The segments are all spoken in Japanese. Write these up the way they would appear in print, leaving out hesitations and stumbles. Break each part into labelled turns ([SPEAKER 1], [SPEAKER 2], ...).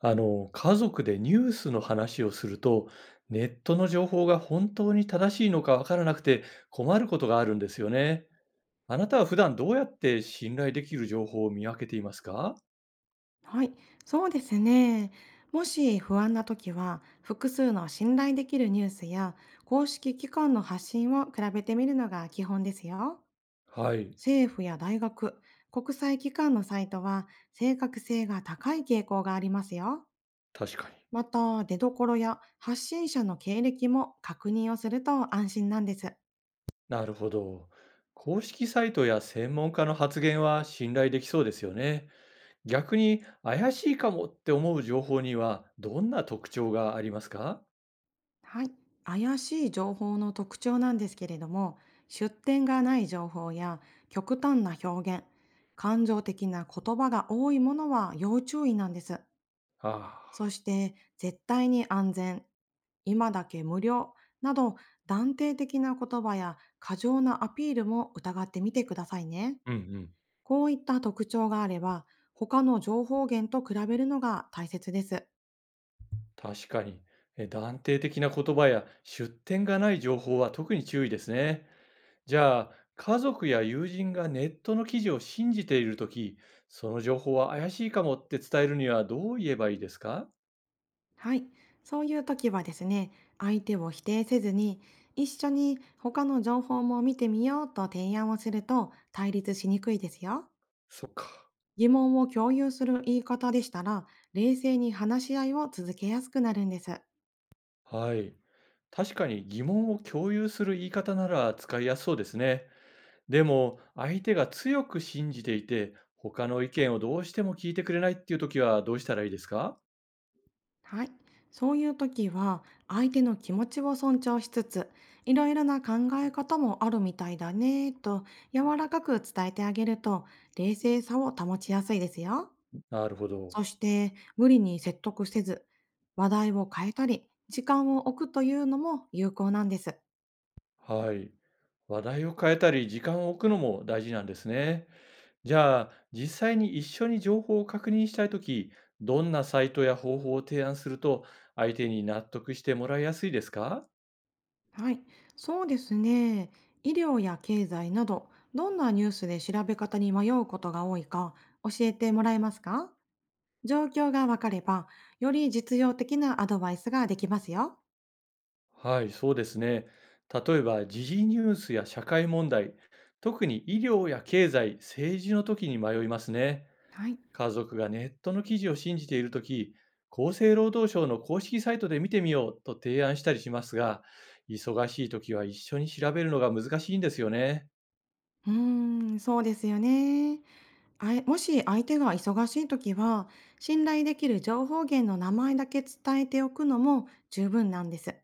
[SPEAKER 1] 家族でニュースの話をすると、ネットの情報が本当に正しいのかわからなくて困ることがあるんですよね。あなたは普段どうやって信頼できる情報を見分けていますか？
[SPEAKER 2] はい、そうですね。もし不安な時は、複数の信頼できるニュースや公式機関の発信を比べてみるのが基本ですよ。
[SPEAKER 1] はい。
[SPEAKER 2] 政府や大学、国際機関のサイトは正確性が高い傾向がありますよ。
[SPEAKER 1] 確かに。
[SPEAKER 2] また、出どころや発信者の経歴も確認をすると安心なんです。
[SPEAKER 1] なるほど。公式サイトや専門家の発言は信頼できそうですよね。逆に怪しいかもって思う情報にはどんな特徴がありますか？
[SPEAKER 2] はい。怪しい情報の特徴なんですけれども、出典がない情報や極端な表現、感情的な言葉が多いものは要注意なんです。
[SPEAKER 1] あ
[SPEAKER 2] そ
[SPEAKER 1] あ。
[SPEAKER 2] して、絶対に安全、今だけ無料など、断定的な言葉や過剰なアピールも疑ってみてくださいね。
[SPEAKER 1] うんうん。
[SPEAKER 2] こういった特徴があれば、他の情報源と比べるのが大切です。
[SPEAKER 1] 確かに。え、断定的な言葉や出典がない情報は特に注意ですね。じゃあ、家族や友人がネットの記事を信じているとき、その情報は怪しいかもって伝えるにはどう言えばいいですか？
[SPEAKER 2] はい、そういう時はですね、相手を否定せずに、一緒に他の情報も見てみようと提案をすると対立しにくいですよ。
[SPEAKER 1] そっか。
[SPEAKER 2] 疑問を共有する言い方でしたら、冷静に話し合いを続けやすくなるんです。
[SPEAKER 1] はい。確かに疑問を共有する言い方なら使いやすそうですね。でも、相手が強く信じていて、他の意見をどうしても聞いてくれないっていうときはどうしたらいいですか？
[SPEAKER 2] はい、そういう時は相手の気持ちを尊重しつつ、いろいろな考え方もあるみたいだねと柔らかく伝えてあげると、冷静さを保ちやすいですよ。
[SPEAKER 1] なるほ
[SPEAKER 2] そ
[SPEAKER 1] ど。
[SPEAKER 2] して、無理に説得せず、話題を変えたり、時間を置くというのも有効なんです。
[SPEAKER 1] はい。話題を変えたり、時間を置くのも大事なんですね。じゃあ、実際に一緒に情報を確認したいとき、どんなサイトや方法を提案すると、相手に納得してもらいやすいですか？
[SPEAKER 2] はい、そうですね。医療や経済など、どんなニュースで調べ方に迷うことが多いか教えてもらえますか？状況がわかれば、より実用的なアドバイスができますよ。
[SPEAKER 1] はい、そうですね。例えば、時事ニュースや社会問題、特に医療や経済、政治の時に迷いますね。
[SPEAKER 2] はい。
[SPEAKER 1] 家族がネットの記事を信じているとき、厚生労働省の公式サイトで見てみようと提案したりしますが、忙しいときは一緒に調べるのが難しいんですよね。
[SPEAKER 2] うーん、そうですよね。もし相手が忙しいときは、信頼できる情報源の名前だけ伝えておくのも十分なんです。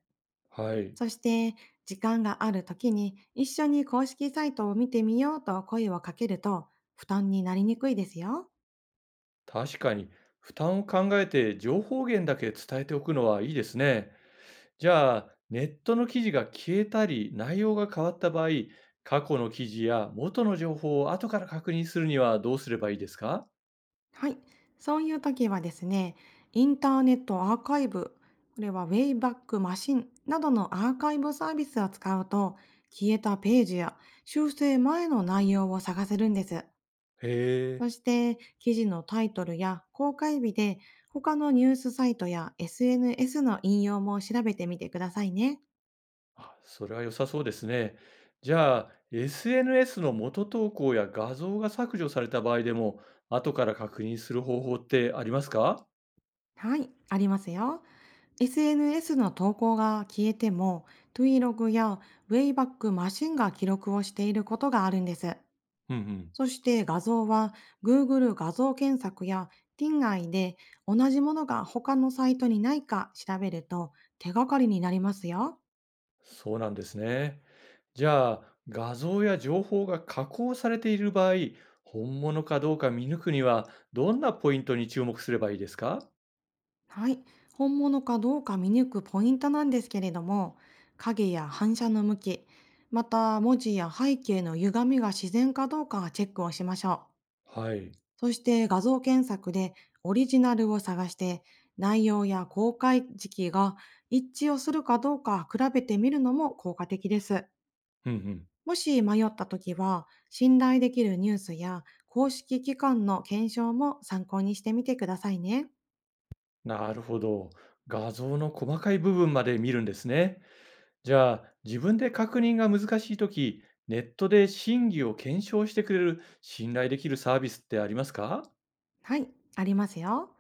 [SPEAKER 1] はい。
[SPEAKER 2] そして、時間がある時に一緒に公式サイトを見てみようと声をかけると、負担になりにくいですよ。
[SPEAKER 1] 確かに、負担を考えて情報源だけ伝えておくのはいいですね。じゃあ、ネットの記事が消えたり、内容が変わった場合、過去の記事や元の情報を後から確認するにはどうすればいいですか？
[SPEAKER 2] はい。そういう時はですね、インターネットアーカイブ、これはウェイバックマシンなどのアーカイブサービスを使うと、消えたページや修正前の内容を探せるんです。
[SPEAKER 1] へ
[SPEAKER 2] そ
[SPEAKER 1] え。
[SPEAKER 2] して、記事のタイトルや公開日で、他のニュースサイトや SNS の引用も調べてみてくださいね。
[SPEAKER 1] あ、それは良さそうですね。じゃあ、SNS の元投稿や画像が削除された場合でも、後から確認する方法ってありますか？
[SPEAKER 2] はい、ありますよ。SNS の投稿が消えても、Vlog や Wayback マシンが記録をしていることがあるんです。
[SPEAKER 1] うんうん。
[SPEAKER 2] そして画像は Google 画像検索や Tingai で、同じものが他のサイトにないか調べると手がかりになりますよ。
[SPEAKER 1] そうなんですね。じゃあ、画像や情報が加工されている場合、本物かどうか見抜くには、どんなポイントに注目すればいいですか？
[SPEAKER 2] はい、本物かどうか見抜くポイントなんですけれども、影や反射の向き、また文字や背景の歪みが自然かどうかチェックをしましょう。
[SPEAKER 1] はい。
[SPEAKER 2] そして画像検索でオリジナルを探して、内容や公開時期が一致をするかどうか比べてみるのも効果的です。
[SPEAKER 1] うんうん。
[SPEAKER 2] もし迷った時は、信頼できるニュースや公式機関の検証も参考にしてみてくださいね。
[SPEAKER 1] なるほど。画像の細かい部分まで見るんですね。じゃあ、自分で確認が難しいとき、ネットで真偽を検証してくれる信頼できるサービスってありますか？
[SPEAKER 2] はい、ありますよ。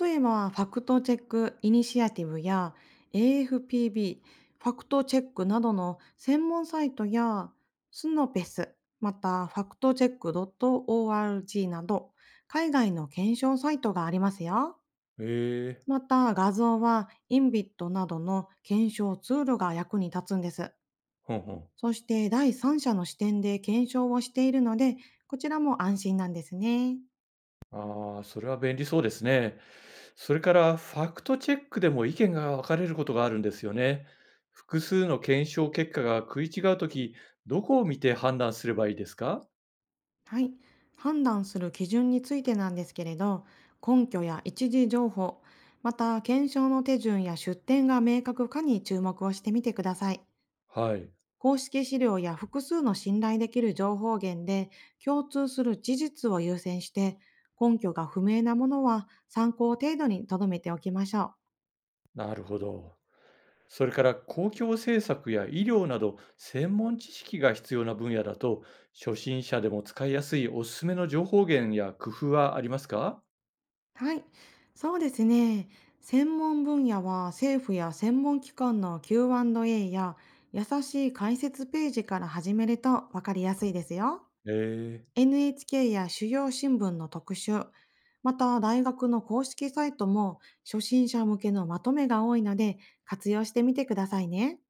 [SPEAKER 2] 例えば、ファクトチェックイニシアティブや AFPB、ファクトチェックなどの専門サイトや、スノペス、またファクトチェック .org など海外の検証サイトがありますよ。
[SPEAKER 1] へえ。
[SPEAKER 2] また画像はインビットなどの検証ツールが役に立つんです。
[SPEAKER 1] ほんほん。
[SPEAKER 2] そして第三者の視点で検証をしているので、こちらも安心なんですね。
[SPEAKER 1] ああ、それは便利そうですね。それから、ファクトチェックでも意見が分かれることがあるんですよね。複数の検証結果が食い違うとき、どこを見て判断すればいいですか？
[SPEAKER 2] はい、判断する基準についてなんですけれど、根拠や一時情報、また検証の手順や出典が明確かに注目をしてみてください。
[SPEAKER 1] はい。
[SPEAKER 2] 公式資料や複数の信頼できる情報源で共通する事実を優先して、根拠が不明なものは参考程度に留めておきましょう。
[SPEAKER 1] なるほど。それから公共政策や医療など専門知識が必要な分野だと初心者でも使いやすいおすすめの情報源や工夫はありますか？
[SPEAKER 2] はい、そうですね。専門分野は、政府や専門機関の Q&A や優しい解説ページから始めると分かりやすいですよ。
[SPEAKER 1] ええ。
[SPEAKER 2] NHK や主要新聞の特集、また大学の公式サイトも初心者向けのまとめが多いので、活用してみてくださいね。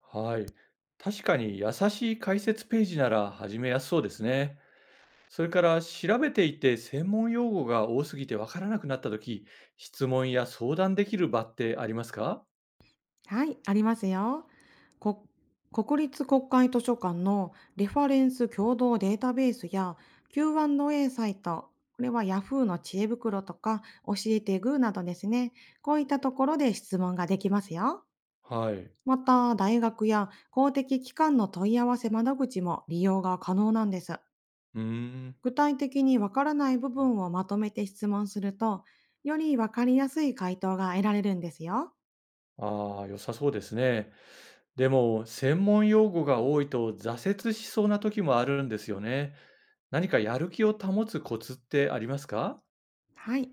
[SPEAKER 1] はい。確かに優しい解説ページなら始めやすそうですね。それから調べていて専門用語が多すぎてわからなくなったとき、質問や相談できる場ってありますか？
[SPEAKER 2] はい、ありますよ。こ国立国会図書館のレファレンス共同データベースや Q&A サイト、これは Yahoo の知恵袋とか教えてグーなどですね。こういったところで質問ができますよ。
[SPEAKER 1] はい。
[SPEAKER 2] また、大学や公的機関の問い合わせ窓口も利用が可能なんです。
[SPEAKER 1] うーん。
[SPEAKER 2] 具体的にわからない部分をまとめて質問すると、よりわかりやすい回答が得られるんですよ。
[SPEAKER 1] ああ、良さそうですね。でも、専門用語が多いと挫折しそうな時もあるんですよね。何かやる気を保つコツってありますか？
[SPEAKER 2] はい。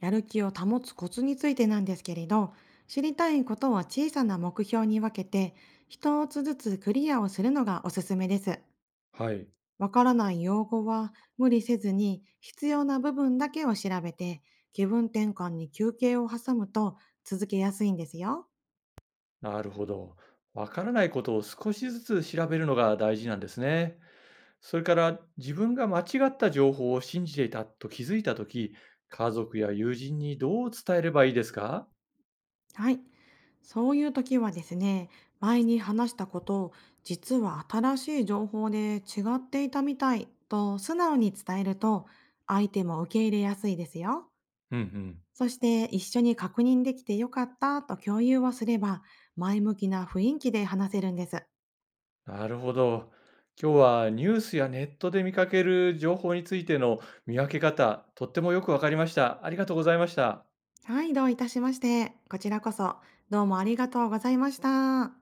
[SPEAKER 2] やる気を保つコツについてなんですけれど、知りたいことは小さな目標に分けて、一つずつクリアをするのがおすすめです。
[SPEAKER 1] はい。
[SPEAKER 2] わからない用語は無理せずに必要な部分だけを調べて、気分転換に休憩を挟むと続けやすいんですよ。
[SPEAKER 1] なるほど。わからないことを少しずつ調べるのが大事なんですね。それから自分が間違った情報を信じていたと気づいた時、家族や友人にどう伝えればいいですか？
[SPEAKER 2] はい。そういう時はですね、前に話したこと、実は新しい情報で違っていたみたいと素直に伝えると、相手も受け入れやすいですよ。
[SPEAKER 1] うんうん。
[SPEAKER 2] そして一緒に確認できてよかったと共有をすれば、前向きな雰囲気で話せるんです。
[SPEAKER 1] なるほど。今日はニュースやネットで見かける情報についての見分け方、とってもよくわかりました。ありがとうございました。
[SPEAKER 2] はい、どういたしまして。こちらこそ、どうもありがとうございました。